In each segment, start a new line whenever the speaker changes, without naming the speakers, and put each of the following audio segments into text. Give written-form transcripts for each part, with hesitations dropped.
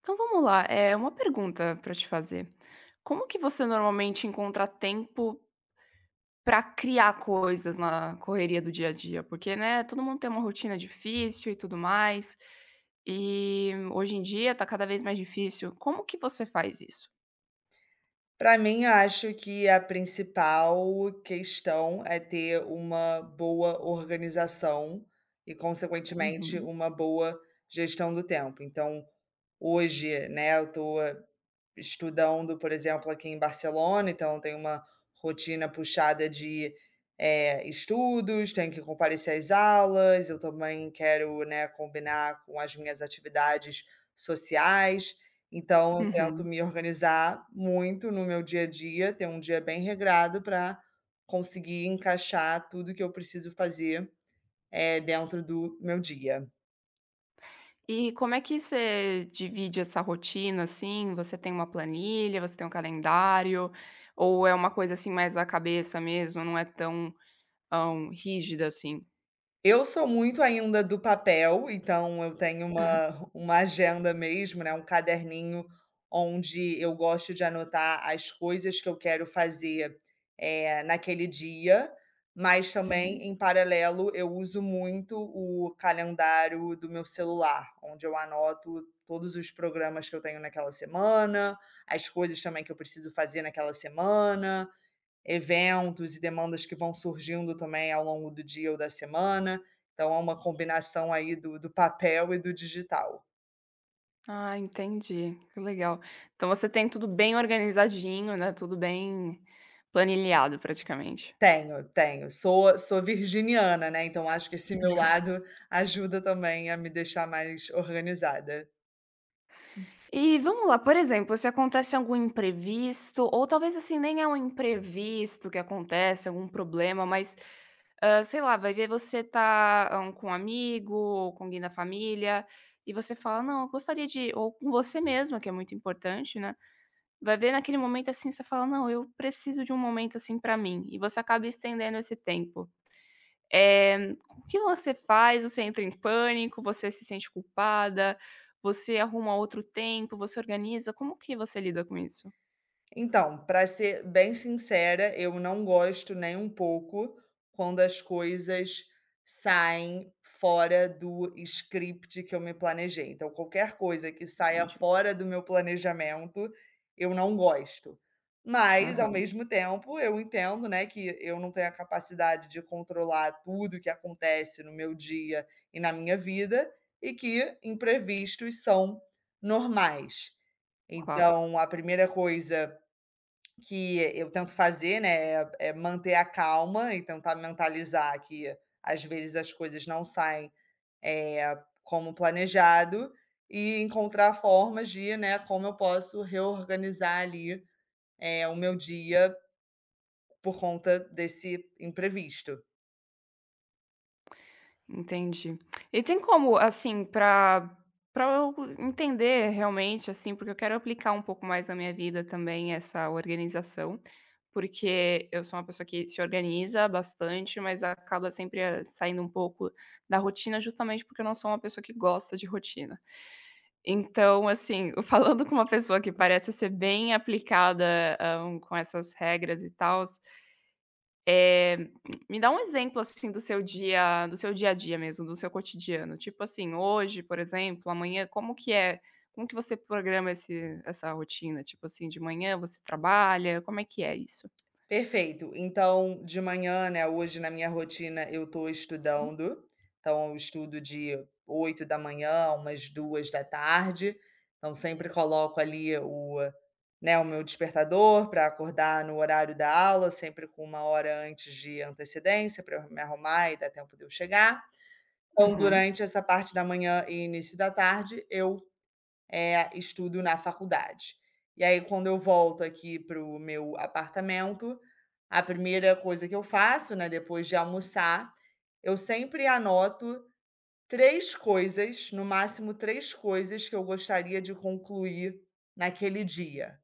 Então vamos lá, é uma pergunta para te fazer. Como que você normalmente encontra tempo para criar coisas na correria do dia a dia? Porque, né, todo mundo tem uma rotina difícil e tudo mais, e hoje em dia tá cada vez mais difícil. Como que você faz isso?
Para mim, eu acho que a principal questão é ter uma boa organização e, consequentemente,
Uhum,
uma boa gestão do tempo. Então, hoje, né, eu tô estudando, por exemplo, aqui em Barcelona, então tem uma rotina puxada de, estudos, tenho que comparecer às aulas, eu também quero, né, combinar com as minhas atividades sociais, então eu tento
uhum.
me organizar muito no meu dia a dia, ter um dia bem regrado para conseguir encaixar tudo que eu preciso fazer, dentro do meu dia.
E como é que você divide essa rotina, assim? Você tem uma planilha, você tem um calendário, ou é uma coisa, assim, mais da cabeça mesmo, não é tão, rígida assim?
Eu sou muito ainda do papel, então eu tenho. Uhum. Uma agenda mesmo, né, um caderninho onde eu gosto de anotar as coisas que eu quero fazer, naquele dia, mas também,
Sim.
em paralelo, eu uso muito o calendário do meu celular, onde eu anoto todos os programas que eu tenho naquela semana, as coisas também que eu preciso fazer naquela semana, eventos e demandas que vão surgindo também ao longo do dia ou da semana. Então é uma combinação aí do papel e do digital.
Ah, entendi. Que legal. Então você tem tudo bem organizadinho, né, tudo bem planilhado praticamente.
Tenho, tenho. Sou virginiana, né, então acho que esse meu lado ajuda também a me deixar mais organizada.
E vamos lá, por exemplo, se acontece algum imprevisto ou talvez, assim, nem é um imprevisto que acontece, algum problema, mas, sei lá, vai ver você tá, com um amigo ou com alguém da família e você fala: "Não, eu gostaria de" ou com você mesma, que é muito importante, né, vai ver naquele momento, assim, você fala: "Não, eu preciso de um momento, assim, pra mim", e você acaba estendendo esse tempo. O que você faz? Você entra em pânico? Você se sente culpada? Você arruma outro tempo? Você organiza? Como que você lida com isso?
Então, para ser bem sincera, eu não gosto nem um pouco quando as coisas saem fora do script que eu me planejei. Então, qualquer coisa que saia
Entendi.
fora do meu planejamento, eu não gosto. Mas, ao
Aham,
mesmo tempo, eu entendo, né, que eu não tenho a capacidade de controlar tudo que acontece no meu dia e na minha vida e que imprevistos são normais.
claro.
Então, a primeira coisa que eu tento fazer, né, é manter a calma e tentar mentalizar que às vezes as coisas não saem, eh, como planejado e encontrar formas de, né, como eu posso reorganizar ali, o meu dia por conta desse imprevisto.
Entendi. E tem como, assim, para eu entender realmente, assim, porque eu quero aplicar um pouco mais na minha vida também essa organização, porque eu sou uma pessoa que se organiza bastante, mas acaba sempre, saindo um pouco da rotina, justamente porque eu não sou uma pessoa que gosta de rotina. Então, assim, falando com uma pessoa que parece ser bem aplicada, com essas regras e tal, me dá um exemplo, assim, do seu dia a dia mesmo, do seu cotidiano. Tipo assim, hoje, por exemplo, amanhã, como que é? Como que você programa esse essa rotina? Tipo assim, de manhã você trabalha, como é que é isso?
Perfeito. Então, de manhã, né, hoje na minha rotina eu tô estudando, então eu estudo de 8 da manhã, umas 2 da tarde. Então sempre coloco ali o né, o meu despertador para acordar no horário da aula, sempre com 1 hora antes de antecedência para eu me arrumar e dar tempo de eu chegar. Então
Uhum,
durante essa parte da manhã e início da tarde eu estudo na faculdade. E aí, quando eu volto aqui para o meu apartamento, a primeira coisa que eu faço, né, depois de almoçar, eu sempre anoto 3 coisas, no máximo 3 coisas que eu gostaria de concluir naquele dia.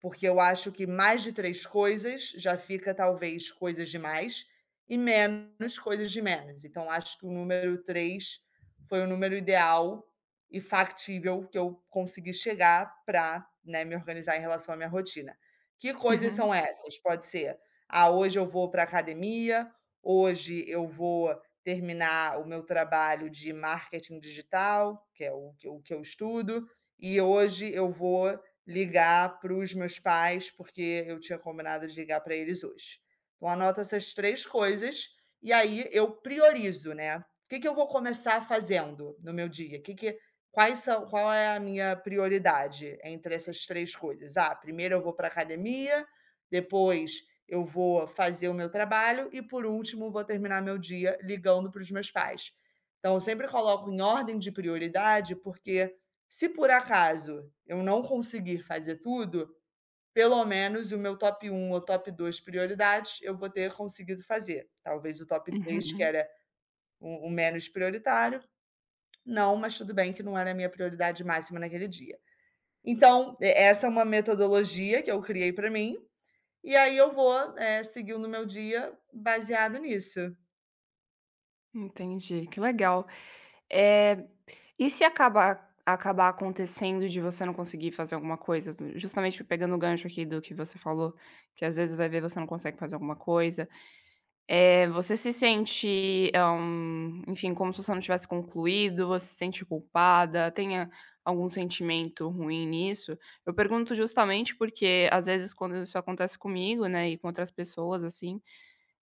Porque eu acho que mais de 3 coisas já fica talvez coisas demais, e menos coisas de menos. Então acho que o número 3 foi o número ideal e factível que eu consegui chegar para, né, me organizar em relação à minha rotina. Que coisas
uhum,
são essas? Pode ser: "Ah, hoje eu vou para academia, hoje eu vou terminar o meu trabalho de marketing digital", que é o que eu estudo, "e hoje eu vou ligar para os meus pais, porque eu tinha combinado de ligar para eles hoje". Então, anota essas 3 coisas e aí eu priorizo, né. O que que eu vou começar fazendo no meu dia? O que que quais são qual é a minha prioridade entre essas 3 coisas? Ah, primeiro eu vou para a academia, depois eu vou fazer o meu trabalho e, por último, vou terminar meu dia ligando para os meus pais. Então, eu sempre coloco em ordem de prioridade, porque se por acaso eu não conseguir fazer tudo, pelo menos o meu top um ou top 2 prioridades eu vou ter conseguido fazer. Talvez o top 3 que
uhum,
era o menos prioritário, não, mas tudo bem que não era a minha prioridade máxima naquele dia. Então, e essa é uma metodologia que eu criei para mim, e aí eu vou, seguindo o meu dia baseado nisso.
entendi, que legal. Eh, e se acabar acontecendo de você não conseguir fazer alguma coisa, justamente pegando o gancho aqui do que você falou, que às vezes vai ver você não consegue fazer alguma coisa, você se sente, enfim, como se você não tivesse concluído, você se sente culpada, tenha algum sentimento ruim nisso? Eu pergunto justamente porque às vezes quando isso acontece comigo, né, e com outras pessoas assim,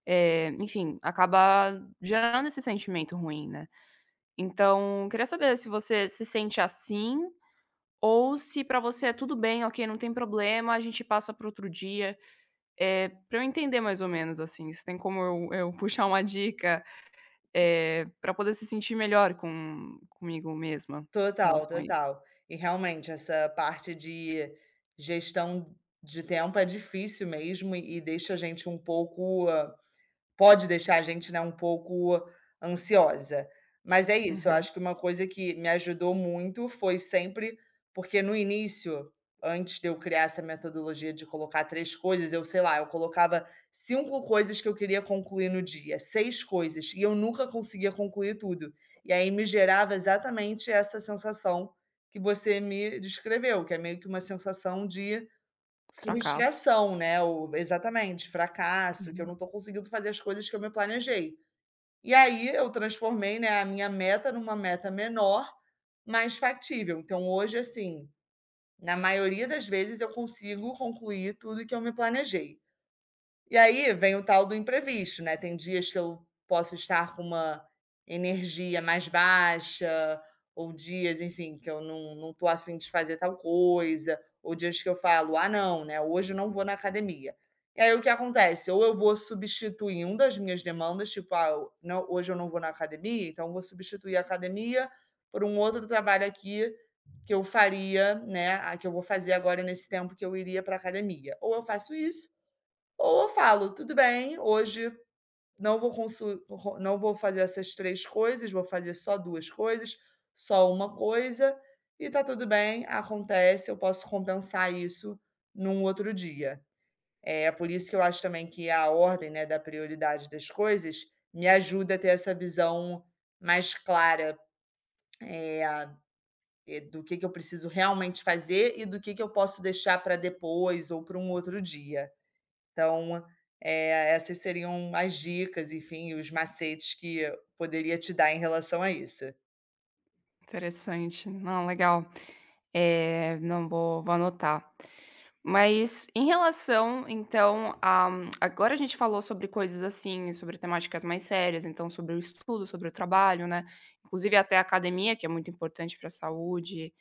enfim, acaba gerando esse sentimento ruim, né? Então, queria saber se você se sente assim ou se pra você é tudo bem, ok, não tem problema, a gente passa para outro dia. Pra eu entender mais ou menos, assim, se tem como eu puxar uma dica, pra poder se sentir melhor comigo mesma em
Total,
relação a isso.
total. E realmente essa parte de gestão de tempo é difícil mesmo e deixa a gente um pouco, pode deixar a gente, né, um pouco ansiosa. Mas é isso, eu
Uhum.
acho que uma coisa que me ajudou muito foi sempre, porque no início, antes de eu criar essa metodologia de colocar 3 coisas, eu sei lá, eu colocava 5 coisas que eu queria concluir no dia, 6 coisas, e eu nunca conseguia concluir tudo. E aí me gerava exatamente essa sensação que você me descreveu, que é meio que uma sensação de
Fracasso.
frustração, né, o exatamente, fracasso, que eu
Uhum.
não estou conseguindo fazer as coisas que eu me planejei. E aí eu transformei, né, a minha meta numa meta menor, mais factível. Então hoje, assim, na maioria das vezes eu consigo concluir tudo que eu me planejei. E aí vem o tal do imprevisto, né, tem dias que eu posso estar com uma energia mais baixa, ou dias, enfim, que eu não não estou afim de fazer tal coisa, ou dias que eu falo: "Ah, não, né, hoje eu não vou na academia". E aí o que acontece? Ou eu vou substituindo as minhas demandas, tipo: "Ah, eu não hoje eu não vou na academia, então eu vou substituir a academia por um outro trabalho aqui que eu faria, né, a que eu vou fazer agora nesse tempo que eu iria para academia". Ou eu faço isso ou eu falo: "Tudo bem, hoje não vou consu ro não vou fazer essas 3 coisas, vou fazer só 2 coisas, só uma coisa, e tá tudo bem, acontece, eu posso compensar isso num outro dia". É por isso que eu acho também que a ordem, né, da prioridade das coisas me ajuda a ter essa visão mais clara, eh, do que eu preciso realmente fazer e do que eu posso deixar para depois ou para um outro dia. Então, essas seriam as dicas, enfim, os macetes que eu poderia te dar em relação a isso.
Interessante. Não, legal. Eh, não, vou anotar. Mas em relação, então, a agora a gente falou sobre coisas assim, sobre temáticas mais sérias, então sobre o estudo, sobre o trabalho, né, inclusive até a academia, que é muito importante para a saúde,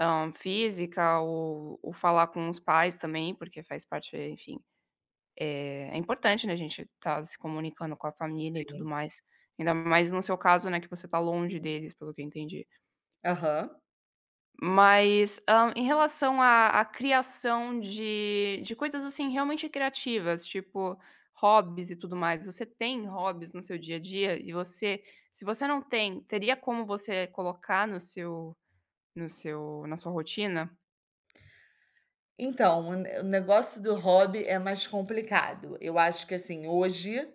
física, o falar com os pais também, porque faz parte, enfim, é importante, né, a gente tá se comunicando com a família e tudo
Sim.
mais, ainda mais no seu caso, né, que você tá longe deles, pelo que eu entendi.
Aham.
Mas, em relação à criação de coisas, assim, realmente criativas, tipo hobbies e tudo mais, você tem hobbies no seu dia a dia? E você se você não tem, teria como você colocar no seu no seu na sua rotina?
Então, o ne o negócio do hobby é mais complicado. Eu acho que, assim, hoje,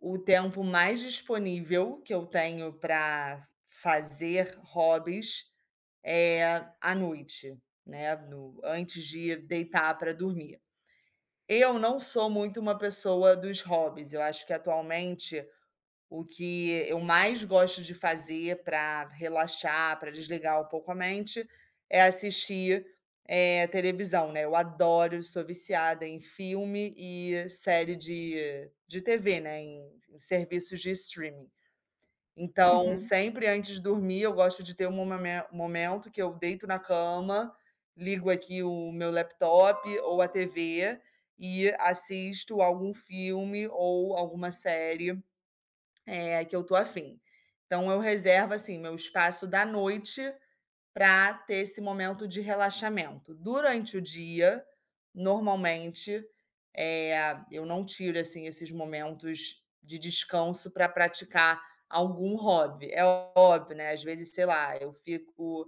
o tempo mais disponível que eu tenho para fazer hobbies é à noite, né, no antes de deitar para dormir. Eu não sou muito uma pessoa dos hobbies, eu acho que atualmente o que eu mais gosto de fazer para relaxar, para desligar um pouco a mente, é assistir, televisão, né. Eu adoro, sou viciada em filme e série de TV, né, em serviços de streaming. Então, Uhum.
Uhum.
Sempre antes de dormir, eu gosto de ter um momento que eu deito na cama, ligo aqui o meu laptop ou a TV e assisto algum filme ou alguma série, que eu tô afim. Então eu reservo, assim, meu espaço da noite para ter esse momento de relaxamento. Durante o dia, normalmente, eu não tiro, assim, esses momentos de descanso para praticar algum hobby. É óbvio, né, às vezes, sei lá, eu fico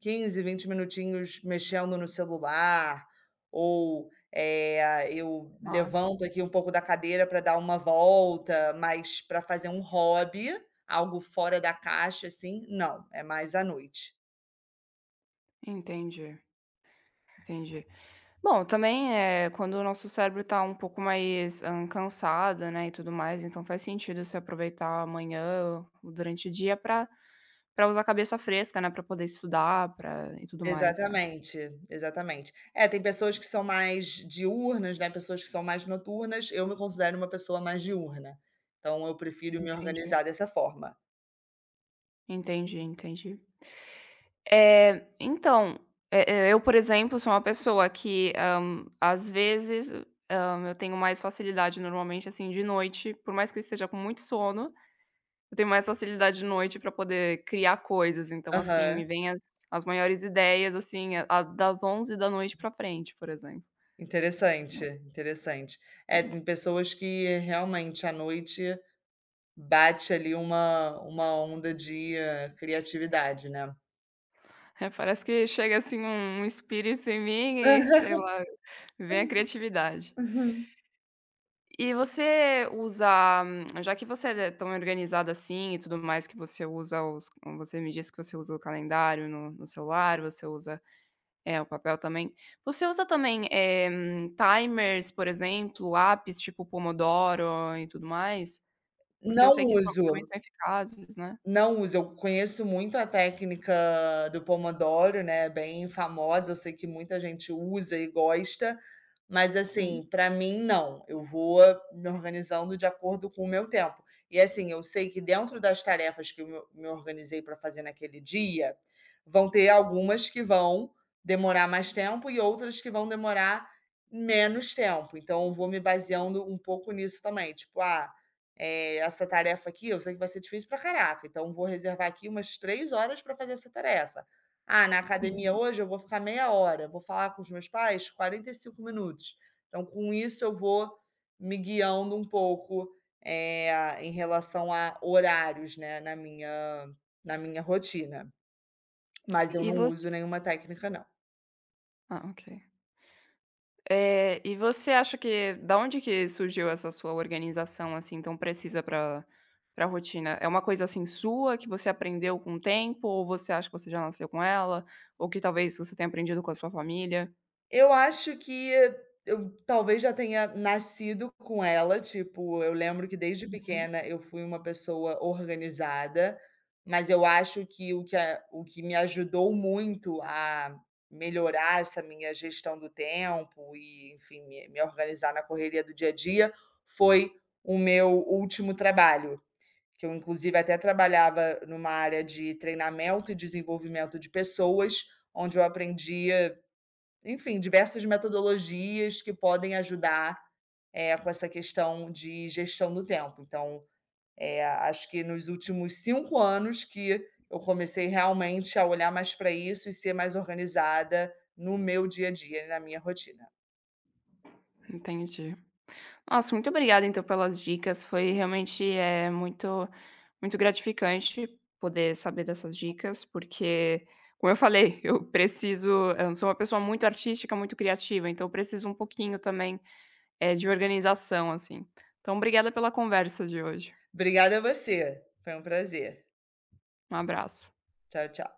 15 20 minutinhos mexendo no celular ou, eu
Ah,
levanto aqui um pouco da cadeira para dar uma volta, mas para fazer um hobby, algo fora da caixa, assim, não, é mais à noite.
entendi, entendi. Bom, também, é quando o nosso cérebro tá um pouco mais, cansado, né, e tudo mais, então faz sentido se aproveitar amanhã ou durante o dia pra para usar a cabeça fresca, né, pra poder estudar, para e tudo mais, né.
Exatamente, exatamente. É, tem pessoas que são mais diurnas, né, pessoas que são mais noturnas, eu me considero uma pessoa mais diurna, então eu prefiro me
Entendi,
organizar dessa forma.
entendi, entendi. Eh, então, eu, por exemplo, sou uma pessoa que, às vezes, eu tenho mais facilidade normalmente, assim, de noite, por mais que eu esteja com muito sono, Eu tenho mais facilidade de noite pra poder criar coisas, então, assim, me
Aham,
vêm as maiores ideias, assim, a das 11 da noite pra frente, por exemplo.
interessante, interessante. É,
Então,
tem pessoas que realmente à noite bate ali uma onda de, criatividade, né.
parece que chega, assim, um espírito em mim e, sei lá, vem a criatividade. E você usa já que você é tão organizada assim e tudo mais, que você usa os você me disse que você usa o calendário no celular, você usa É, o papel também. Você usa também, timers, por exemplo, apps tipo Pomodoro e tudo mais? Porque eu sei
Não
que
uso.
são eficazes, né.
Não uso. Eu conheço muito a técnica do Pomodoro, né, bem famosa, eu sei que muita gente usa e gosta, mas
Sim.
assim, para mim não, eu vou me organizando de acordo com o meu tempo. E assim, eu sei que dentro das tarefas que eu me organizei para fazer naquele dia, vão ter algumas que vão demorar mais tempo e outras que vão demorar menos tempo, então eu vou me baseando um pouco nisso também, tipo: "Ah, essa tarefa aqui eu sei que vai ser difícil pra caraca, então vou reservar aqui umas 3 horas para fazer essa tarefa. Ah, na academia
Uhum.
hoje eu vou ficar meia hora, vou falar com os meus pais 45 minutos". Então com isso eu vou me guiando um pouco, é em relação a horários, né, na minha rotina, mas eu
E
não uso
você.
nenhuma técnica não.
Ah, ok. E você acha que da onde que surgiu essa sua organização, assim, tão precisa para rotina? É uma coisa, assim, sua que você aprendeu com o tempo ou você acha que você já nasceu com ela? Ou que talvez você tenha aprendido com a sua família?
Eu acho que, eu talvez já tenha nascido com ela, tipo, eu lembro que desde
Uhum.
pequena eu fui uma pessoa organizada, mas eu acho que o que me ajudou muito a melhorar essa minha gestão do tempo e, enfim, me organizar na correria do dia a dia, foi o meu último trabalho, que eu inclusive até trabalhava numa área de treinamento e desenvolvimento de pessoas, onde eu aprendia, enfim, diversas metodologias que podem ajudar, com essa questão de gestão do tempo. Então, acho que nos últimos 5 anos que eu comecei realmente a olhar mais para isso e ser mais organizada no meu dia a dia e na minha rotina.
Entendi. Nossa, muito obrigada então pelas dicas. Foi realmente muito muito gratificante poder saber dessas dicas, porque, como eu falei, eu sou uma pessoa muito artística, muito criativa, então eu preciso um pouquinho também, de organização, assim. Então obrigada pela conversa de hoje.
Obrigada a você, foi um prazer.
Um abraço.
Tchau, tchau.